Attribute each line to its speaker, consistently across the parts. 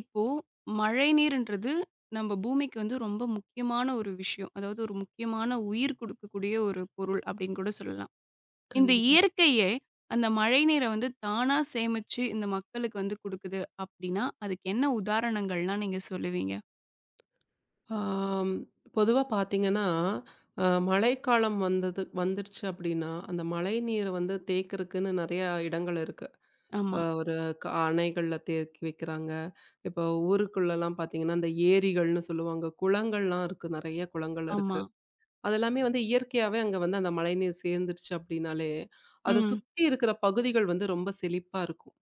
Speaker 1: இப்போ மழைநீர்ன்றது நம்ம பூமிக்கு வந்து ரொம்ப முக்கியமான ஒரு விஷயம். அதாவது ஒரு முக்கியமான உயிர் குடுக்கக்கூடிய ஒரு பொருள் அப்படின்னு கூட சொல்லலாம். இந்த
Speaker 2: கண்டிப்பா.
Speaker 1: இயற்கையே அந்த மழைநீரை வந்து தானா சேமிச்சு இந்த மக்களுக்கு வந்து குடுக்குது அப்படின்னா, அதுக்கு என்ன உதாரணங்கள்லாம் நீங்க சொல்லுவீங்க?
Speaker 2: ஆம், பொதுவா பார்த்தீங்கன்னா, மழைக்காலம் வந்தது வந்துருச்சு அப்படின்னா, அந்த மழை நீரை வந்து தேக்கிறதுக்குன்னு நெறையா இடங்கள் இருக்கு. அ
Speaker 1: ஆமா,
Speaker 2: ஒரு க அணைகள்ல தேக்கி வைக்கிறாங்க. இப்போ ஊருக்குள்ளலாம் பார்த்தீங்கன்னா, அந்த ஏரிகள்னு சொல்லுவாங்க. குளங்கள்லாம் இருக்கு. நெறைய குளங்கள்
Speaker 1: ஆமா.
Speaker 2: இருக்கு. அதெல்லாமே வந்து இயற்கையாவே அங்க வந்து அந்த மழைநீர் சேர்ந்துருச்சு அப்படின்னாலே, அத
Speaker 1: ம்.
Speaker 2: சுத்தி இருக்கிற பகுதிகள் வந்து ரொம்ப செழிப்பா இருக்கும்.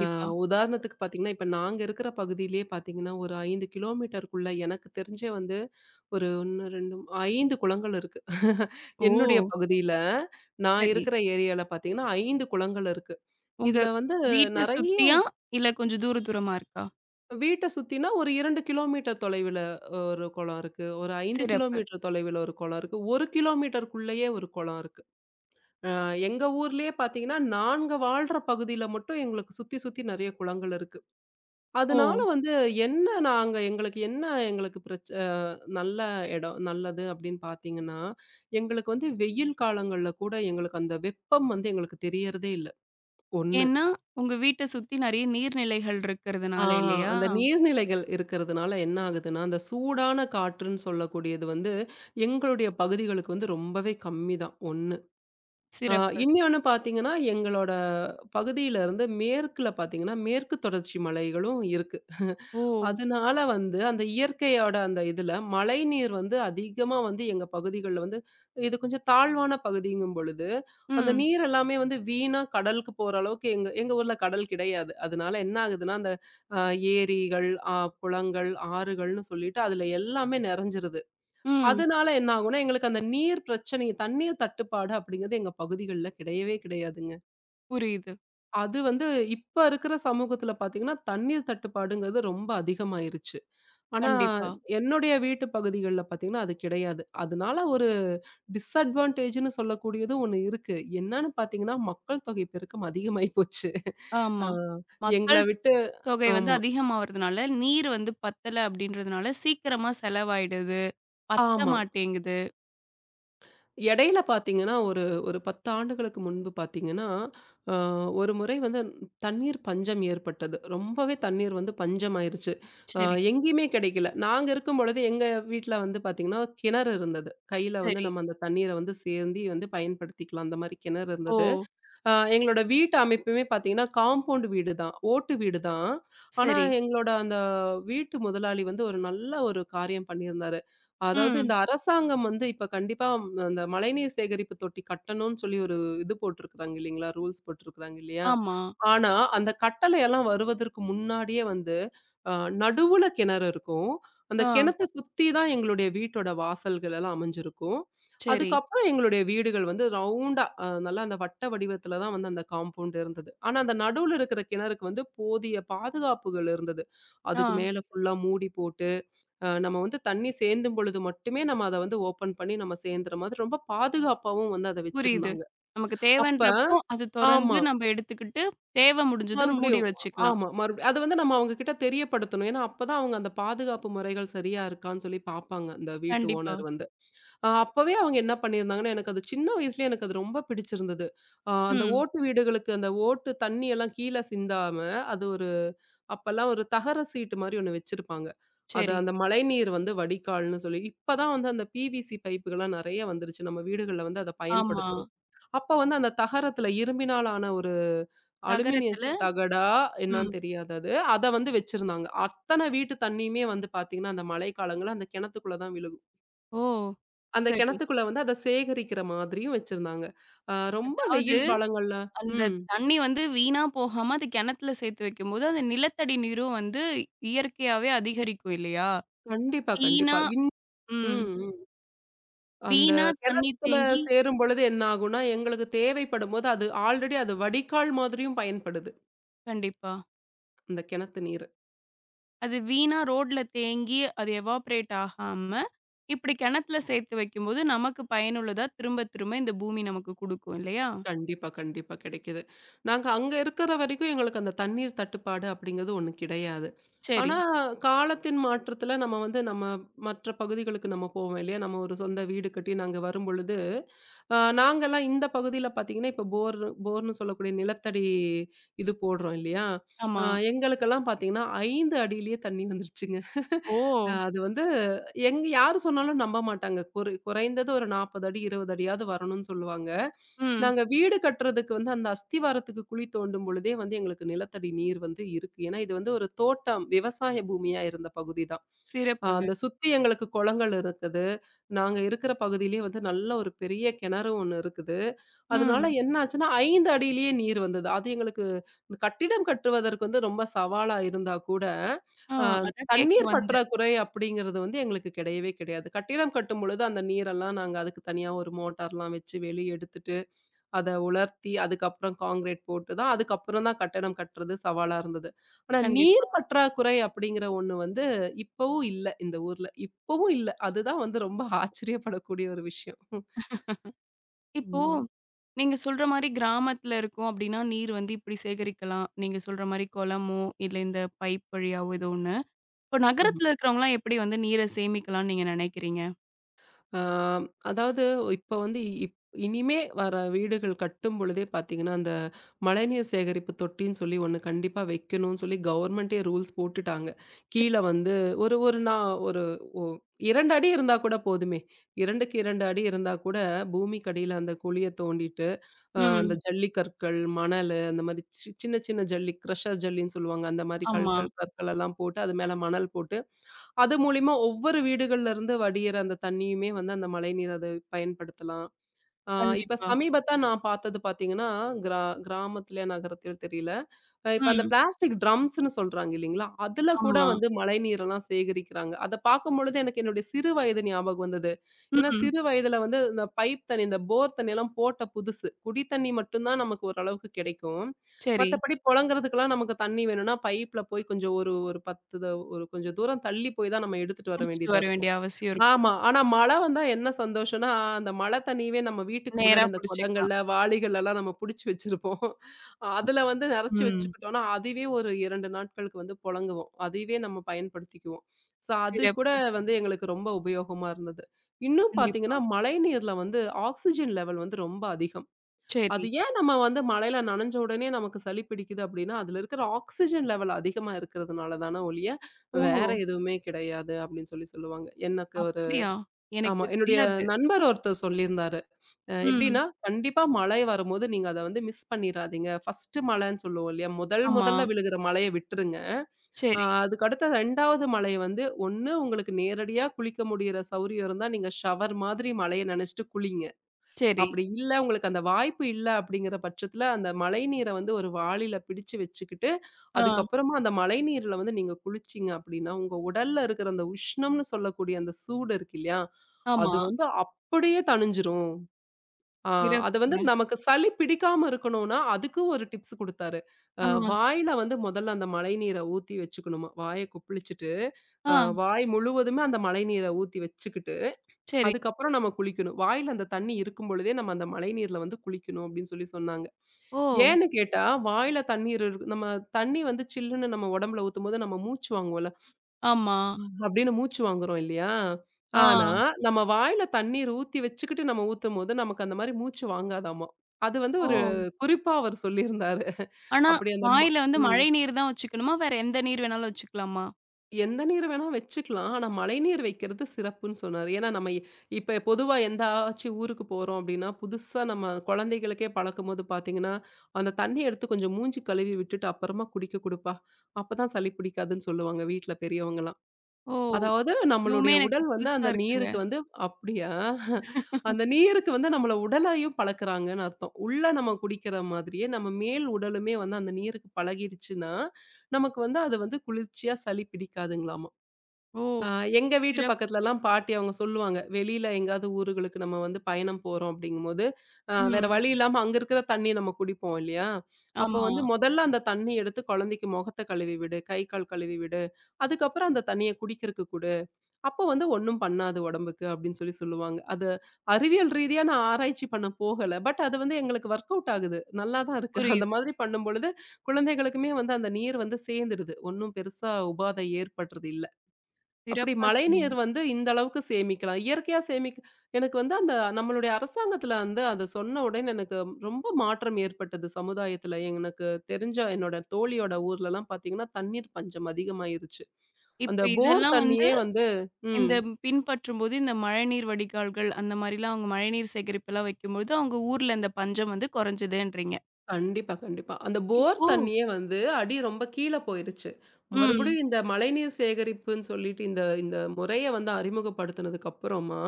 Speaker 2: அ உதாரணத்துக்கு பார்த்தீங்கன்னா, இப்ப நாங்க இருக்கிற பகுதியிலேயே பார்த்தீங்கன்னா, ஒரு 5 கிலோமீட்டருக்குள்ள எனக்கு தெரிஞ்சே வந்து ஒரு 1, 2, 5 குளங்கள் இருக்கு. என்னுடைய
Speaker 1: ஓ!
Speaker 2: பகுதியில, நான்
Speaker 1: சரி.
Speaker 2: இருக்கிற ஏரியால பார்த்தீங்கன்னா, 5 குளங்கள் இருக்கு.
Speaker 1: உங்க
Speaker 2: இதுல வந்து
Speaker 1: வீட்ட
Speaker 2: நெறைய
Speaker 1: சுத்தியா? இல்ல கொஞ்சம் தூர தூரமா இருக்கா?
Speaker 2: வீட்ட சுத்தினா ஒரு 2 கிலோமீட்டர் தொலைவில ஒரு குளம் இருக்கு. ஒரு 5
Speaker 1: சிறப்பு.
Speaker 2: கிலோமீட்டர் தொலைவில ஒரு குளம் இருக்கு. 1 கிலோமீட்டருக்குள்ளேயே ஒரு குளம் இருக்கு. அ எங்க ஊர்லயே பார்த்தீங்கன்னா, நாங்க வாழ்ற பகுதியில மட்டும் எங்களுக்கு சுத்தி சுத்தி நெறைய குளங்கள் இருக்கு.
Speaker 1: ஓ!
Speaker 2: அதனால வந்து என்ன நாங்க எங்களுக்கு என்ன எங்களுக்கு பிரச்ச அ நல்ல இடம் நல்லது அப்படின்னு பார்த்தீங்கன்னா, எங்களுக்கு வந்து வெயில் காலங்கள்ல கூட எங்களுக்கு அந்த வெப்பம் வந்து எங்களுக்கு தெரியறதே இல்ல. 1.
Speaker 1: ஏன்னா, உங்க வீட்ட சுத்தி நெறைய நீர்நிலைகள்
Speaker 2: ஆ
Speaker 1: இருக்கிறதுனால இல்லையா?
Speaker 2: அந்த நீர்நிலைகள் இருக்கிறதுனால என்ன ஆகுதுன்னா, அந்த சூடான காற்றுன்னு சொல்லக்கூடியது வந்து எங்களுடைய பகுதிகளுக்கு வந்து ரொம்பவே கம்மி தான் 1. ஆ
Speaker 1: சிறப்பு.
Speaker 2: இன்னொன்னு பார்த்தீங்கன்னா, எங்களோட பகுதியில இருந்து மேற்குல பார்த்தீங்கன்னா, மேற்கு தொடர்ச்சி மலைகளும் இருக்கு.
Speaker 1: ஓ!
Speaker 2: அதனால வந்து அந்த இயற்கையோட அந்த இதுல மழைநீர் வந்து அதிகமா வந்து எங்க பகுதிகள்ல வந்து இது கொஞ்சம் தாழ்வான பகுதிங்கும் பொழுது, அந்த
Speaker 1: ம்,
Speaker 2: நீர் எல்லாமே வந்து வீணா கடலுக்கு போற அளவுக்கு எங்க எங்க ஊர்ல கடல் கிடையாது. அதனால என்ன ஆகுதுன்னா, அந்த அ ஏரிகள், குளங்கள், ஆறுகள்னு சொல்லிட்டு அதுல எல்லாமே நெறஞ்சிருது.
Speaker 1: ம்.
Speaker 2: அதனால என்ன ஆகும்னா, எங்களுக்கு அந்த நீர் பிரச்சனை, தண்ணீர் தட்டுப்பாடு அப்படிங்கிறது எங்க பகுதிகள்ல கிடையவே கிடையாதுங்க.
Speaker 1: புரியுது.
Speaker 2: அது வந்து இப்ப இருக்கிற சமூகத்துல பார்த்தீங்கன்னா, தண்ணீர் தட்டுப்பாடுங்கிறது ரொம்ப அதிகமாயிருச்சு. ஆனா,
Speaker 1: கண்டிப்பா.
Speaker 2: என்னுடைய வீட்டு பகுதிகள்ல பார்த்தீங்கன்னா, அது கிடையாது. அதனால ஒரு டிஸ்அட்வான்டேஜ்ன்னு சொல்லக்கூடியது ஒண்ணு இருக்கு. என்னன்னு பார்த்தீங்கன்னா, மக்கள் தொகை பெருக்கம் அதிகமாயி போச்சு. ஆ
Speaker 1: ஆமா. மக்கள்
Speaker 2: எங்கள விட்டு
Speaker 1: தொகை வந்து
Speaker 2: ஆமா.
Speaker 1: அதிகமாவறதுனால, நீர் வந்து பத்தல அப்டின்றதுனால சீக்கிரமா செலவாயிடுது. பத்த
Speaker 2: ஆமா.
Speaker 1: மாட்டேங்குது.
Speaker 2: இடையில பார்த்தீங்கன்னா, ஒரு ஒரு 10 ஆண்டுகளுக்கு முன்பு பார்த்தீங்கன்னா, அ ஒரு முறை வந்து தண்ணீர் பஞ்சம் ஏற்பட்டது. ரொம்பவே தண்ணீர் வந்து பஞ்சமாயிருச்சு. அ
Speaker 1: சரி,
Speaker 2: எங்கேயுமே கிடைக்கல. நாங்க இருக்கும்பொழுது எங்க வீட்ல வந்து பார்த்தீங்கன்னா, கிணறு இருந்தது. கையில வந்து
Speaker 1: சரி.
Speaker 2: நம்ம அந்த தண்ணீர வந்து சேந்தி வந்து பயன்படுத்திக்கலாம். அந்த மாரி கிணறு
Speaker 1: ஓ!
Speaker 2: இருந்தது. எங்களோட வீட்டு அமைப்புமே பார்த்தீங்கன்னா, காம்பவுண்ட் வீடு தான். ஓட்டு வீடு தான். ஆனா,
Speaker 1: சரி.
Speaker 2: எங்களோட அந்த வீட்டு முதலாளி வந்து ஒரு நல்ல ஒரு காரியம் பண்ணியிருந்தாரு. அதாவது
Speaker 1: ம்.
Speaker 2: இந்த அரசாங்கம் வந்து இப்ப கண்டிப்பா அந்த மழைநீர் சேகரிப்பு தொட்டி கட்டணும்னு சொல்லி ஒரு இது போட்டிருக்கிறாங்க இல்லைங்களா? ரூல்ஸ் போட்டிருக்கிறாங்க இல்லையா?
Speaker 1: ஆமா.
Speaker 2: ஆனா, அந்த கட்டளை எல்லாம் வருவதற்கு முன்னாடியே வந்து அ நடுவுல கிணறு இருக்கும். அந்த
Speaker 1: ஆ.
Speaker 2: கிணத்த சுத்தி தான் எங்களுடைய வீட்டோட வாசல்கள் எல்லாம் அமைஞ்சிருக்கும்.
Speaker 1: சரி.
Speaker 2: அதுக்கப்புறம் எங்களுடைய வீடுகள் வந்து ரவுண்டா நல்லா அந்த வட்ட வடிவத்துல தான் வந்து அந்த காம்பவுண்ட் இருந்தது. ஆனா, அந்த நடுவுல இருக்கிற கிணறுக்கு வந்து போதிய பாதுகாப்புகள் இருந்தது.
Speaker 1: ஆ.
Speaker 2: அதுக்கு மேல ஃபுல்லா மூடி போட்டு, நம்ம வந்து தண்ணி சேந்தும் பொழுது மட்டுமே நம்ம அத வந்து ஓப்பன் பண்ணி நம்ம சேந்துற மாதிரி ரொம்ப பாதுகாப்பாவும் வந்து அத
Speaker 1: புரியுது.
Speaker 2: வச்சிருந்தாங்க.
Speaker 1: நமக்கு
Speaker 2: அப்ப
Speaker 1: தேவன்றப்போ, அது தொறந்து
Speaker 2: ஆமா.
Speaker 1: நம்ம எடுத்துக்கிட்டு, தேவை முடிஞ்சதும் மூடி
Speaker 2: மறுபடியும்
Speaker 1: வச்சுக்கலாம்.
Speaker 2: ஆமா. மறுபடியும் அது வந்து நம்ம அவங்க கிட்ட தெரியப்படுத்தணும். ஏன்னா, அப்பதான் அவங்க அந்த பாதுகாப்பு முறைகள் சரியா இருக்கான்னு சொல்லி பாப்பாங்க, அந்த வீட்டு
Speaker 1: கண்டிப்பா.
Speaker 2: ஓனர் வந்து. அப்பவே அவங்க என்ன பண்ணியிருந்தாங்கன்னா, எனக்கு அது சின்ன வயசுலயே எனக்கு அது ரொம்ப பிடிச்சிருந்தது. அந்த
Speaker 1: ம்.
Speaker 2: ஓட்டு வீடுகளுக்கு அந்த ஓட்டு தண்ணி எல்லாம் கீழ சிந்தாம, அது ஒரு அப்பல்லாம் ஒரு தகர சீட்டு மாரி ஒண்ணு வச்சிருப்பாங்க. அத
Speaker 1: சரி.
Speaker 2: அந்த மழைநீர் வந்து வடிகால்ன்னு சொல்லி, இப்ப தான் வந்து அந்த பிவிசி பைப்புகள்லாம் நெறைய வந்துருச்சு. நம்ம வீடுகள்ல வந்து அத
Speaker 1: ஆமா.
Speaker 2: பயன்படுத்துறோம். அப்ப வந்து அந்த தகரத்துல இரும்பினால் ஆன ஒரு அலுமினியம்
Speaker 1: தகரத்துல
Speaker 2: தகடா என்னான்னு
Speaker 1: ம்.
Speaker 2: தெரியாது அது. அத வந்து வச்சிருந்தாங்க. அத்தன வீட்டு தண்ணியுமே வந்து பார்த்தீங்கன்னா, அந்த மழைக்காலங்கள்ல அந்த கிணத்துக்குள்ள தான் விழுகும்.
Speaker 1: ஓ!
Speaker 2: அந்த
Speaker 1: சரி.
Speaker 2: கிணத்துக்குள்ள வந்து அத சேகரிக்கிற மாதிரியும் வச்சிருந்தாங்க. ரொம்ப
Speaker 1: அதாவது
Speaker 2: வெயில் காலங்கள்ல.
Speaker 1: அந்த
Speaker 2: ம்.
Speaker 1: தண்ணி வந்து வீணா போகாம அது கிணத்துல சேர்த்து வைக்கும்போது, அந்த நிலத்தடி நீரும் வந்து இயற்கையாவே அதிகரிக்கும் இல்லையா?
Speaker 2: கண்டிப்பா, கண்டிப்பா.
Speaker 1: வீணா ம்.
Speaker 2: ம், ம். அந்த
Speaker 1: வீணா தண்ணி
Speaker 2: கிணத்துல
Speaker 1: தேங்கி
Speaker 2: சேரும் பொழுது என்ன ஆகும்னா, எங்களுக்கு தேவைப்படும்போது அது ஆல்ரெடி அது வடிகால் மாதிரியும் பயன்படுது.
Speaker 1: கண்டிப்பா.
Speaker 2: அந்த கிணத்து நீரு.
Speaker 1: அது வீணா ரோட்ல தேங்கி அது எவாப்ரேட் ஆகாம, இப்படி கிணத்துல சேர்த்து வைக்கும்போது, நமக்கு பயனுள்ளதா திரும்ப திரும்ப இந்த பூமி நமக்கு குடுக்கும் இல்லையா?
Speaker 2: கண்டிப்பா, கண்டிப்பா கிடைக்குது. நாங்க அங்க இருக்கிற வரைக்கும் எங்களுக்கு அந்த தண்ணீர் தட்டுப்பாடு அப்படிங்கிறது ஒண்ணு கிடையாது.
Speaker 1: சரி.
Speaker 2: ஆனா, காலத்தின் மாற்றத்துல நம்ம வந்து நம்ம மற்ற பகுதிகளுக்கு நம்ம போவோம் இல்லையா? நம்ம ஒரு சொந்த வீடு கட்டி நாங்க வரும்பொழுது நாங்கலாம் இந்த பகுதியில பார்த்தீங்கன்னா, இப்ப போர்ன்னு சொல்லக்கூடிய நிலத்தடி இது போடுறோம் இல்லையா? அ
Speaker 1: ஆமா.
Speaker 2: எங்களுக்கெல்லாம் பார்த்தீங்கன்னா, 5 அடியிலேயே தண்ணி வந்துருச்சுங்க.
Speaker 1: ஓ!
Speaker 2: அது வந்து எங்க யாரு சொன்னாலும் நம்ப மாட்டாங்க. குறைந்தது ஒரு 40 அடி, 20 அடியாவது வரணும்னு சொல்லுவாங்க.
Speaker 1: ம்.
Speaker 2: நாங்க வீடு கட்டுறதுக்கு வந்து அந்த அஸ்திவாரத்துக்கு குழி தோண்டும் பொழுதே வந்து எங்களுக்கு நிலத்தடி நீர் வந்து இருக்கு. ஏன்னா, இது வந்து ஒரு தோட்டம், விவசாய பூமியா இருந்த பகுதி தான்.
Speaker 1: சிறப்புங்க.
Speaker 2: அந்த சுத்தி எங்களுக்கு குளங்கள் இருக்குது. நாங்க இருக்கிற பகுதியிலேயே வந்து நல்ல ஒரு பெரிய கிணறு ஒண்ணு இருக்குது. அதனால
Speaker 1: ம்.
Speaker 2: என்ன ஆச்சுன்னா, 5 அடியிலேயே நீர் வந்தது. அது எங்களுக்கு இந்த கட்டிடம் கட்டுவதற்கு வந்து ரொம்ப சவாலா இருந்தா கூட,
Speaker 1: ஆ
Speaker 2: அ
Speaker 1: அதான் கேட்க
Speaker 2: தண்ணீர்
Speaker 1: வந்தேன்.
Speaker 2: பற்றாக்குறை அப்படிங்கிறது வந்து எங்களுக்கு கிடையவே கிடையாது. கட்டிடம் கட்டும்பொழுது அந்த நீரெல்லாம் நாங்க அதுக்கு தனியா ஒரு மோட்டார்லாம் வச்சு வெளிய எடுத்துட்டு அத உலர்த்தி, அதுக்கப்புறம் கான்கிரீட் போட்டு தான், அதுக்கப்புறம் தான் கட்டடம் கட்டுறது சவாலா இருந்தது. ஆனா
Speaker 1: கண்டிப்பா.
Speaker 2: நீர் பற்றாக்குறை அப்படிங்கிற ஒண்ணு வந்து இப்பவும் இல்ல இந்த ஊர்ல. இப்பவும் இல்ல. அதுதான் வந்து ரொம்ப ஆச்சரியப்படக்கூடிய ஒரு விஷயம்.
Speaker 1: இப்போ
Speaker 2: ம்.
Speaker 1: நீங்க சொல்ற மாரி கிராமத்துல இருக்கோம் அப்டின்னா, நீர் வந்து இப்டி சேகரிக்கலாம். நீங்க சொல்ற மாரி குளமோ, இல்ல இந்த பைப் வழியாவோ ஏதோ ஒண்ணு. இப்போ
Speaker 2: ஆமா.
Speaker 1: நகரத்துல இருக்கிறவங்கலாம் எப்டி வந்து நீர சேமிக்கலாம்னு நீங்க நெனைக்கிறீங்க?
Speaker 2: ஆ, அதாவது இப்ப வந்து இப் இனிமே வர வீடுகள் கட்டும் பொழுதே பார்த்தீங்கன்னா, அந்த மழைநீர் சேகரிப்பு தொட்டின்னு சொல்லி ஒண்ணு கண்டிப்பா வைக்கணும்னு சொல்லி கவர்மெண்ட்டே ரூல்ஸ் போட்டுட்டாங்க.
Speaker 1: சே
Speaker 2: கீழ வந்து ஒரு ஒரு நா ஒரு ஒ 2 அடி இருந்தா கூட போதுமே. 2க்கு 2 அடி இருந்தா கூட பூமிக்கடியில அந்த குழிய தோண்டிட்டு, அந்த
Speaker 1: ம்.
Speaker 2: ஜல்லிக்கற்கள், மணலு அந்த மாரி சின்ன சின்ன ஜல்லி, க்ரஷர் ஜல்லின்னு சொல்லுவாங்க. அந்த மாரி
Speaker 1: ஆமா.
Speaker 2: கல்கள், கற்கள் எல்லாம் போட்டு அது மேல மணல் போட்டு அது மூலியமா ஒவ்வொரு வீடுகள்ல இருந்து வடியிற அந்த தண்ணியுமே வந்து அந்த மழைநீர் அது பயன்படுத்தலாம். இப்ப
Speaker 1: கண்டிப்பா.
Speaker 2: சமீபத்தா நான் பார்த்தது பார்த்தீங்கன்னா, கிராமத்திலயா நகரத்திலயோ தெரியல. இப்ப அந்த
Speaker 1: ம்.
Speaker 2: பிளாஸ்டிக் ட்ரம்ஸ்ன்னு சொல்றாங்க இல்லீங்களா? அதுல கூட
Speaker 1: ஆமா.
Speaker 2: வந்து மழைநீர் எல்லாம் சேகரிக்கிறாங்க. அத பார்க்கும்பொழுது எனக்கு என்னுடைய சிறு வயது ஞாபகம் வந்தது. ஏன்னா,
Speaker 1: ம்.
Speaker 2: சிறு வயதுல வந்து இந்த பைப் தண்ணி, இந்த போர் தண்ணியெல்லாம் போட்ட புதுசு. குடி தண்ணி மட்டும் தான் நமக்கு ஓரளவுக்கு கிடைக்கும்.
Speaker 1: சரி.
Speaker 2: மத்தபடி புழங்குறதுக்கெல்லாம் நமக்கு தண்ணி வேணும்னா, பைப்ல போய் கொஞ்சம் ஒரு ஒரு 10 ஒரு கொஞ்சம் தூரம் தள்ளி போய் தான் நம்ம எடுத்துட்டு வர
Speaker 1: புடிச்சிட்டு
Speaker 2: வேண்டியதா
Speaker 1: வர
Speaker 2: இருக்கும்.
Speaker 1: வேண்டிய அவசியம் இருக்கும்.
Speaker 2: ஆமா. ஆனா மழை வந்தா என்ன சந்தோஷம்னா, அந்த மழை தண்ணியவே நம்ம வீட்டுக்கு
Speaker 1: நேரா
Speaker 2: முன்னாடி அந்த
Speaker 1: புடிச்சுக்கலாம்.
Speaker 2: குடங்கள்ல, வாளிகள்லலாம் நம்ம புடிச்சு வச்சிருப்போம். அதுல வந்து நெறச்சு
Speaker 1: ம்.
Speaker 2: வச்சுக்கிட்டோம்னா, அதுவே ஒரு 2 நாட்களுக்கு வந்து புழங்குவோம். அதுவே நம்ம பயன்படுத்திக்குவோம். ஸோ அது கூட
Speaker 1: சிறப்பு.
Speaker 2: வந்து எங்களுக்கு ரொம்ப உபயோகமா இருந்தது. இன்னும்
Speaker 1: கண்டிப்பா.
Speaker 2: பாத்தீங்கன்னா, மழைநீர்ல வந்து ஆக்ஸிஜன் லெவல் வந்து ரொம்ப அதிகம். அது
Speaker 1: சரி.
Speaker 2: ஏன் நம்ம வந்து மழையில நனைஞ்ச உடனே நமக்கு சளி பிடிக்குது அப்டின்னா, அதுல இருக்கிற ஆக்ஸிஜன் லெவல் அதிகமா இருக்கிறதுனால தான ஒழிய,
Speaker 1: ஓ!
Speaker 2: வேற எதுவுமே கிடையாது அப்டின்னு சொல்லி சொல்லுவாங்க. எனக்கு ஒரு
Speaker 1: அப்டியா? எனக்கு
Speaker 2: ஆமா.
Speaker 1: இது
Speaker 2: என்னுடைய
Speaker 1: தெரியாது.
Speaker 2: நண்பர் ஒருத்தர் சொல்லியிருந்தாரு.
Speaker 1: ம்.
Speaker 2: எப்படின்னா, "கண்டிப்பா மழை வரும்போது நீங்க அத வந்து மிஸ் பண்ணிறாதீங்க. ஃபர்ஸ்ட்டு மழைன்னு சொல்லுவோம் இல்லையா? முதல்
Speaker 1: ஆமா.
Speaker 2: முதல்ல விழுகிற மழைய விட்டுருங்க. அ
Speaker 1: சரி,
Speaker 2: அதுக்கடுத்த 2வது மழை வந்து, ஒண்ணு உங்களுக்கு நேரடியா குளிக்க முடியிற சௌரியம் இருந்தா, நீங்க ஷவர் மாதிரி மழைய நனைச்சுட்டு குளிங்க.
Speaker 1: சரி.
Speaker 2: அப்படி இல்ல, உங்களுக்கு அந்த வாய்ப்பு இல்ல அப்படிங்கிற பட்சத்துல, அந்த மழைநீர வந்து ஒரு வாளில பிடிச்சு வச்சுக்கிட்டு,
Speaker 1: ஆ.
Speaker 2: அதுக்கப்புறமா அந்த மழைநீர்ல வந்து நீங்க குளிச்சீங்க அப்படின்னா, உங்க உடல்ல இருக்கிற அந்த உஷ்ணம்னு சொல்லக்கூடிய அந்த சூடு இருக்கு இல்லையா? அது
Speaker 1: ஆமா.
Speaker 2: வந்து அப்படியே தணிஞ்சிரும். ஆ அது வந்து
Speaker 1: சிறப்புங்க.
Speaker 2: நமக்கு சளி பிடிக்காம இருக்கணும்னா, அதுக்கு ஒரு டிப்ஸ் குடுத்தாரு. அ
Speaker 1: ஆ.
Speaker 2: வாயில வந்து முதல்ல அந்த மழைநீர ஊத்தி வச்சுக்கணுமா, வாய கொப்பளிச்சுட்டு, அ
Speaker 1: ஆ.
Speaker 2: வாய் முழுவதுமே அந்த மழைநீர ஊத்தி வச்சுக்கிட்டு
Speaker 1: சரி.
Speaker 2: அதுக்கப்புறம் நம்ம குளிக்கணும். வாயில அந்த தண்ணி இருக்கும் பொழுதே நம்ம அந்த மழைநீர்ல வந்து குளிக்கணும் அப்படின்னு சொல்லி சொன்னாங்க.
Speaker 1: ஓ!
Speaker 2: ஏன்னு கேட்டா, வாயில தண்ணீர் இருக்கு நம்ம தண்ணி வந்து சில்லுன்னு நம்ம உடம்புல ஊத்தும்போது நம்ம மூச்சு வாங்குவோம்ல,
Speaker 1: ஆமா.
Speaker 2: அப்படின்னு மூச்சு வாங்குறோம் இல்லையா?
Speaker 1: ஆ.
Speaker 2: ஆனா, நம்ம வாயில தண்ணீர் ஊத்தி வச்சுக்கிட்டு நம்ம ஊத்தும்போது நமக்கு அந்த மாரி மூச்சு வாங்காதாமா. அது வந்து
Speaker 1: ஓ!
Speaker 2: ஒரு குறிப்பா அவர் சொல்லியிருந்தாரு.
Speaker 1: ஆனா,
Speaker 2: அப்படி அந்த ம
Speaker 1: வாயில வந்து
Speaker 2: ம்.
Speaker 1: மழை நீர் தான் வச்சுக்கணுமா? வேற எந்த நீர் வேணாலும் வச்சுக்கலாமா?
Speaker 2: எந்த நீர் வேணா வச்சுக்கலாம். ஆனா, மழைநீர் வைக்கிறது சிறப்புன்னு சொன்னாரு. ஏன்னா, இப்ப பொதுவா எந்தாச்சும் ஊருக்கு போறோம் அப்டின்னா, புதுசா நம்ம குழந்தைகளுக்கே பழக்கும்போது பார்த்தீங்கன்னா, அந்த தண்ணிய எடுத்து கொஞ்சம் மூஞ்சி கழுவி விட்டுட்டு அப்புறமா குடிக்க குடுப்பா. அப்பதான் சளி பிடிக்காதுன்னு சொல்லுவாங்க வீட்ல பெரியவங்கலாம்.
Speaker 1: ஓ!
Speaker 2: அதாவது
Speaker 1: இதுவுமே
Speaker 2: நம்மளுடைய
Speaker 1: எனக்கு
Speaker 2: உடல் வந்து
Speaker 1: புதுசா
Speaker 2: அந்த
Speaker 1: இருக்குங்க.
Speaker 2: நீருக்கு வந்து அப்படியா? அந்த நீருக்கு வந்து நம்மள உடலையும் பழக்குறாங்கன்னு அர்த்தம். உள்ள நம்ம குடிக்கிற மாதிரியே நம்ம மேல் உடலுமே வந்து அந்த நீருக்கு பழகிடுச்சுன்னா, நமக்கு வந்து அது வந்து குளிர்ச்சியா சளி பிடிக்காதுங்களாமா.
Speaker 1: ஓ!
Speaker 2: ஆ, எங்க வீட்டு
Speaker 1: சிறப்
Speaker 2: பக்கத்துலலாம் பாட்டி அவங்க சொல்லுவாங்க. வெளியில எங்கேயாவது ஊருகளுக்கு நம்ம வந்து பயணம் போறோம் அப்படிங்கும்போது, வேற
Speaker 1: ம்.
Speaker 2: வழி இல்லாம அங்க இருக்கிற தண்ணீய நம்ம குடிப்போம் இல்லையா? அப்போ
Speaker 1: ஆமா.
Speaker 2: வந்து முதல்ல அந்த தண்ணி எடுத்து குழந்தைக்கு முகத்த கழுவி விடு, கை, கால் கழுவி விடு. அதுக்கப்புறம் அந்த தண்ணிய குடிக்கிறக்கு குடு. அப்போ வந்து ஒண்ணும் பண்ணாது உடம்புக்கு அப்படின்னு சொல்லி சொல்லுவாங்க. அது அறிவியல் ரீதியா நான் ஆராய்ச்சி பண்ண போகல. பட் அது வந்து எங்களுக்கு ஒர்க் அவுட் ஆகுது. நல்லா தான் இருக்கு. அந்த
Speaker 1: புரியுது.
Speaker 2: மாதிரி பண்ணும் பொழுது, குழந்தைகளுக்குமே வந்து அந்த நீர் வந்து சேர்ந்துடுது. ஒண்ணும் பெருசா உபாதை ஏற்படுறது இல்ல. அப்படி
Speaker 1: சிறப்பா
Speaker 2: மழைநீர்
Speaker 1: சொன்னீங்க.
Speaker 2: வந்து இந்த அளவுக்கு சேமிக்கலாம். இயற்கையா சேமிக்க எனக்கு வந்து அந்த நம்மளுடைய அரசாங்கத்தில வந்து அத சொன்ன உடனே எனக்கு ரொம்ப மாற்றம் ஏற்பட்டது சமுதாயத்தில. எனக்கு தெரிஞ்ச என்னோட தோழியோட ஊர்லலாம் பார்த்தீங்கன்னா, தண்ணீர் பஞ்சம் அதிகமாயிருச்சு.
Speaker 1: இப்போ
Speaker 2: அந்த போர்
Speaker 1: இதெல்லாம் வந்து
Speaker 2: தண்ணியே வந்து ம்.
Speaker 1: இந்த பின்பற்றும்போது இந்த மழைநீர் வடிகால்கள் அந்த மாரிலாம் அவங்க மழைநீர் சேகரிப்புலாம் வைக்கும்பொழுது, அவங்க ஊர்ல இந்த பஞ்சம் வந்து குறைஞ்சதுன்றீங்க.
Speaker 2: கண்டிப்பா, கண்டிப்பா. அந்த போர்
Speaker 1: இப்போ
Speaker 2: தண்ணியே வந்து அடி ரொம்ப கீழ போயிருச்சு.
Speaker 1: ம்.
Speaker 2: மறுபடியும் இந்த மழைநீர் சேகரிப்புன்னு சொல்லிட்டு இந்த இந்த முறைய வந்து அறிமுகப்படுத்தினதுக்கு அப்புறமா,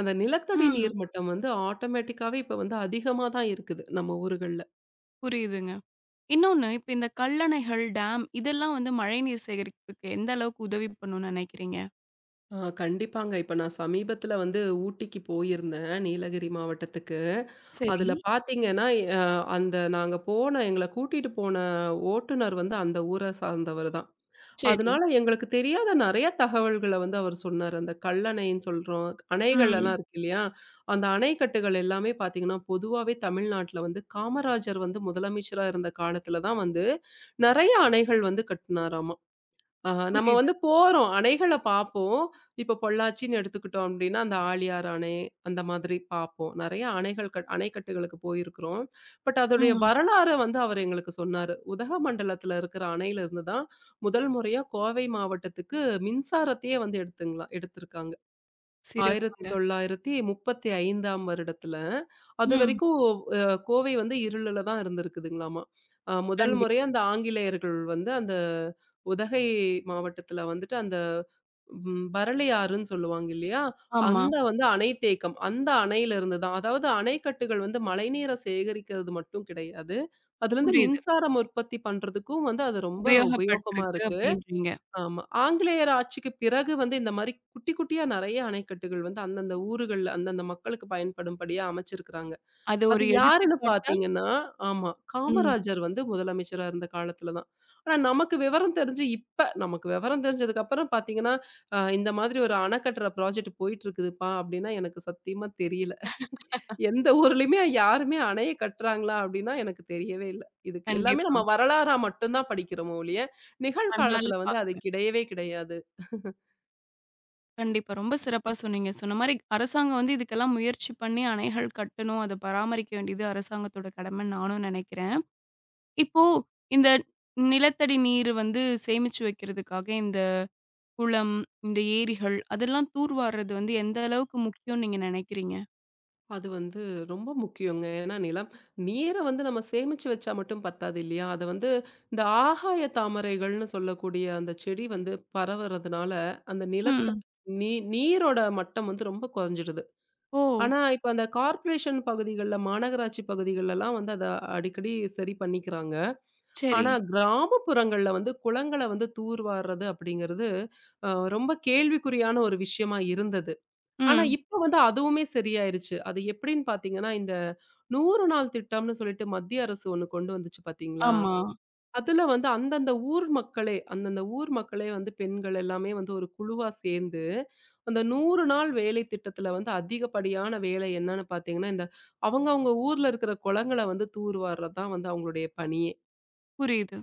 Speaker 2: அந்த நிலத்தடி
Speaker 1: ம்.
Speaker 2: நீர் மட்டம் வந்து ஆட்டோமேட்டிக்காவே இப்ப வந்து அதிகமா தான் இருக்குது, நம்ம ஊர்கள்ல.
Speaker 1: புரியுதுங்க. இன்னொன்னு, இப்ப இந்த கல்லணைகள், டேம் இதெல்லாம் வந்து மழைநீர் சேகரிப்புக்கு எந்த அளவுக்கு உதவி பண்ணும்னு நினைக்கிறீங்க?
Speaker 2: கண்டிப்பாங்க. இப்ப நான் சமீபத்தில வந்து ஊட்டிக்கு போயிருந்தேன், நீலகிரி மாவட்டத்துக்கு.
Speaker 1: சரி,
Speaker 2: அதில பார்த்தீங்கன்னா, எ அந்த நாங்க போன எங்கள கூட்டிட்டு போன ஓட்டுநர் வந்து அந்த ஊர சார்ந்தவர் தான்.
Speaker 1: சரி.
Speaker 2: அதனால எங்களுக்கு தெரியாத நெறைய தகவல்கள வந்து அவர் சொன்னாரு. அந்த கல்லணைன்னு சொல்றோம். அணைகள்லாம்
Speaker 1: ம்.
Speaker 2: இருக்கு இல்லையா? அந்த அணைக்கட்டுகள் எல்லாமே பார்த்தீங்கன்னா, பொதுவாவே தமிழ்நாட்ல வந்து காமராஜர் வந்து முதலமைச்சரா இருந்த காலத்துல தான் வந்து நெறைய அணைகள் வந்து கட்டுனாராமா. ஆஹா, நம்ம
Speaker 1: புரியுது.
Speaker 2: வந்து போறோம். அணைகள பார்ப்போம். இப்ப பொள்ளாச்சின்னு எடுத்துக்கிட்டோம் அப்டின்னா, அந்த ஆழியாறு அணை, அந்த மாதிரி பார்ப்போம். நெறைய அணைகள் அணைக்கட்டுகளுக்கு போயிருக்கிறோம். பட் அதோடைய
Speaker 1: ம்.
Speaker 2: வரலாற வந்து அவர் எங்களுக்கு சொன்னாரு. உதகமண்டலத்தில இருக்கிற அணையிலிருந்து தான் முதல் முறையா கோவை மாவட்டத்துக்கு மின்சாரத்தையே வந்து எடுத்திருக்காங்க.
Speaker 1: சிறப்புங்க.
Speaker 2: 1935ஆம் வருடத்துல,
Speaker 1: ம்.
Speaker 2: அதுவரைக்கும் அ கோவை வந்து இருளுல தான் இருந்திருக்குதுங்களாமா. முதல்
Speaker 1: கண்டி
Speaker 2: முறையா அந்த ஆங்கிலேயர்கள் வந்து அந்த உதகை மாவட்டத்துல வந்துட்டு அந்த பரளியாறுன்னு சொல்லுவாங்க இல்லையா?
Speaker 1: ஆமா.
Speaker 2: அந்த வந்து அணை தேக்கம். அந்த அணையிலிருந்து தான். அதாவது அணைக்கட்டுகள் வந்து மழைநீரை சேகரிக்கிறது மட்டும் கிடையாது. அதுலருந்து
Speaker 1: புரியுது.
Speaker 2: மின்சாரம் உற்பத்தி பண்றதுக்கும் வந்து அது ரொம்ப உபயோகமா
Speaker 1: உபயோகப்பட்டிருக்கு
Speaker 2: இருக்கு.
Speaker 1: அப்படின்றீங்க.
Speaker 2: ஆமா. ஆங்கிலேயர் ஆட்சிக்கு பிறகு வந்து இந்த மாரி குட்டி, குட்டியா நெறைய அணைக்கட்டுகள் வந்து அந்தந்த ஊருகள்ல, அந்தந்த மக்களுக்கு பயன்படும்படியா அமைச்சிருக்கிறாங்க.
Speaker 1: அது
Speaker 2: அது
Speaker 1: ஒரு
Speaker 2: யாருன்னு
Speaker 1: எடுத்துக்காட்டா
Speaker 2: பார்த்தீங்கன்னா, ஆமா.
Speaker 1: ம்.
Speaker 2: காமராஜர் வந்து முதலமைச்சரா இருந்த காலத்துல தான். ஆனா நமக்கு விவரம் தெரிஞ்சு இப்ப நமக்கு விவரம் தெரிஞ்சதுக்கப்புறம் பார்த்தீங்கன்னா, இந்த மாதிரி ஒரு அணை கட்டுற ப்ராஜெக்ட் போயிட்டு இருக்குதுப்பா! அப்டின்னா எனக்கு சத்தியமா தெரியல. எந்த ஊர்லயுமே யாருமே அணைய கட்டுறாங்களா? அப்டின்னா எனக்கு தெரியவே இல்ல. இதுக்கு எல்லாமே
Speaker 1: கண்டிப்பா.
Speaker 2: நம்ம வரலாறா மட்டும் தான் படிக்கிறோமோ ஒழிய,
Speaker 1: கண்ணால
Speaker 2: நிகழ்காலத்துல வந்து அது
Speaker 1: பார்க்கல.
Speaker 2: கிடையவே கிடையாது.
Speaker 1: கண்டிப்பா. ரொம்ப சிறப்பா சொன்னீங்க. சொன்ன மாரி அரசாங்கம் வந்து இதுக்கெல்லாம் முயற்சி பண்ணி அணைகள் கட்டணும், அத பராமரிக்க வேண்டியது அரசாங்கத்தோட கடமைன்னு நானும் நினைக்கிறேன். இப்போ இந்த நிலத்தடி நீர் வந்து சேமிச்சு வைக்கிறதுக்காக இந்த குளம், இந்த ஏரிகள் அதெல்லாம் தூர்வார்றது வந்து எந்த அளவுக்கு முக்கியம்னு நீங்க நினைக்கிறீங்க?
Speaker 2: அது வந்து ரொம்ப முக்கியங்க. ஏன்னா நிலம் நீர வந்து நம்ம சேமிச்சு வச்சா மட்டும் பத்தாது இல்லையா? அத வந்து இந்த ஆகாய தாமரைகள்னு சொல்லக்கூடிய அந்த செடி வந்து பரவுறதுனால, அந்த நிலத்த
Speaker 1: ம்.
Speaker 2: நீரோட மட்டம் வந்து ரொம்ப குறைஞ்சிடுது.
Speaker 1: ஓ!
Speaker 2: ஆனா இப்ப அந்த கார்ப்பரேஷன் பகுதிகள்ல, மாநகராட்சி பகுதிகள்லலாம் வந்து அத அடிக்கடி சரி பண்ணிக்கிறாங்க.
Speaker 1: சரி.
Speaker 2: ஆனா, கிராமப்புறங்கள்ல வந்து குளங்கள வந்து தூர்வார்றது அப்படிங்கிறது, அ ரொம்ப கேள்விக்குறியான ஒரு விஷயமா இருந்தது. ஆனா,
Speaker 1: ம்.
Speaker 2: இப்ப வந்து அதுவுமே சரியாயிருச்சு. அது எப்படின்னு பார்த்தீங்கன்னா, இந்த 100 நாள் திட்டம்னு சொல்லிட்டு மத்திய அரசு ஒண்ணு கொண்டு வந்துச்சு பார்த்தீங்களா?
Speaker 1: ஆமா.
Speaker 2: அதுல வந்து அந்தந்த ஊர் மக்களே வந்து பெண்கள் எல்லாமே வந்து ஒரு குழுவா சேர்ந்து, அந்த 100 நாள் வேலை திட்டத்துல வந்து அதிகப்படியான வேலை என்னன்னு பார்த்தீங்கன்னா, இந்த அவங்கவங்க ஊர்ல இருக்கிற குளங்கள வந்து தூர்வார்றது தான் வந்து அவங்களுடைய பணியே.
Speaker 1: புரியுது.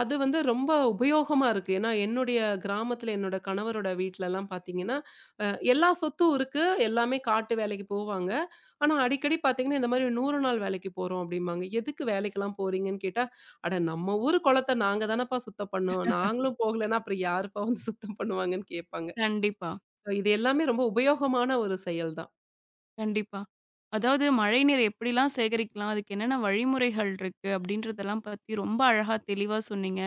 Speaker 2: அது வந்து ரொம்ப உபயோகமா இருக்கு. ஏன்னா, என்னுடைய கிராமத்துல என்னோட கணவரோட வீட்லலாம் பார்த்தீங்கன்னா, அ எல்லா சொத்தும் இருக்கு. எல்லாமே காட்டு வேலைக்கு போவாங்க. ஆனா, அடிக்கடி பார்த்தீங்கன்னா, இந்த மாரி 100 நாள் வேலைக்கு போறோம் அப்படிம்பாங்க. எதுக்கு வேலைக்கெல்லாம் போறீங்கன்னு கேட்டா, "அட நம்ம ஊர் குளத்த நாங்க தானப்பா சுத்தம் பண்ணோம். நாங்களும் போகலன்னா அப்புறம் யாருப்பா வந்து சுத்தம் பண்ணுவாங்கன்னு?" கேட்பாங்க.
Speaker 1: கண்டிப்பா,
Speaker 2: ஸோ இது எல்லாமே ரொம்ப உபயோகமான ஒரு செயல் தான்.
Speaker 1: கண்டிப்பா. அதாவது மழைநீரை எப்படிலாம் சேகரிக்கலாம்? அதுக்கு என்னென்ன வழிமுறைகள் இருக்கு? அப்படின்றதெல்லாம் பத்தி ரொம்ப அழகா தெளிவா சொன்னீங்க.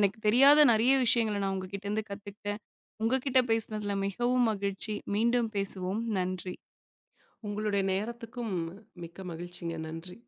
Speaker 1: எனக்கு தெரியாத நிறைய விஷயங்கள நான் உங்ககிட்டருந்து கத்துக்கிட்டேன். உங்ககிட்ட பேசினதுல மிகவும் மகிழ்ச்சி. மீண்டும் பேசுவோம். நன்றி.
Speaker 2: உங்களுடைய நேரத்துக்கும் மிக்க மகிழ்ச்சிங்க. நன்றி.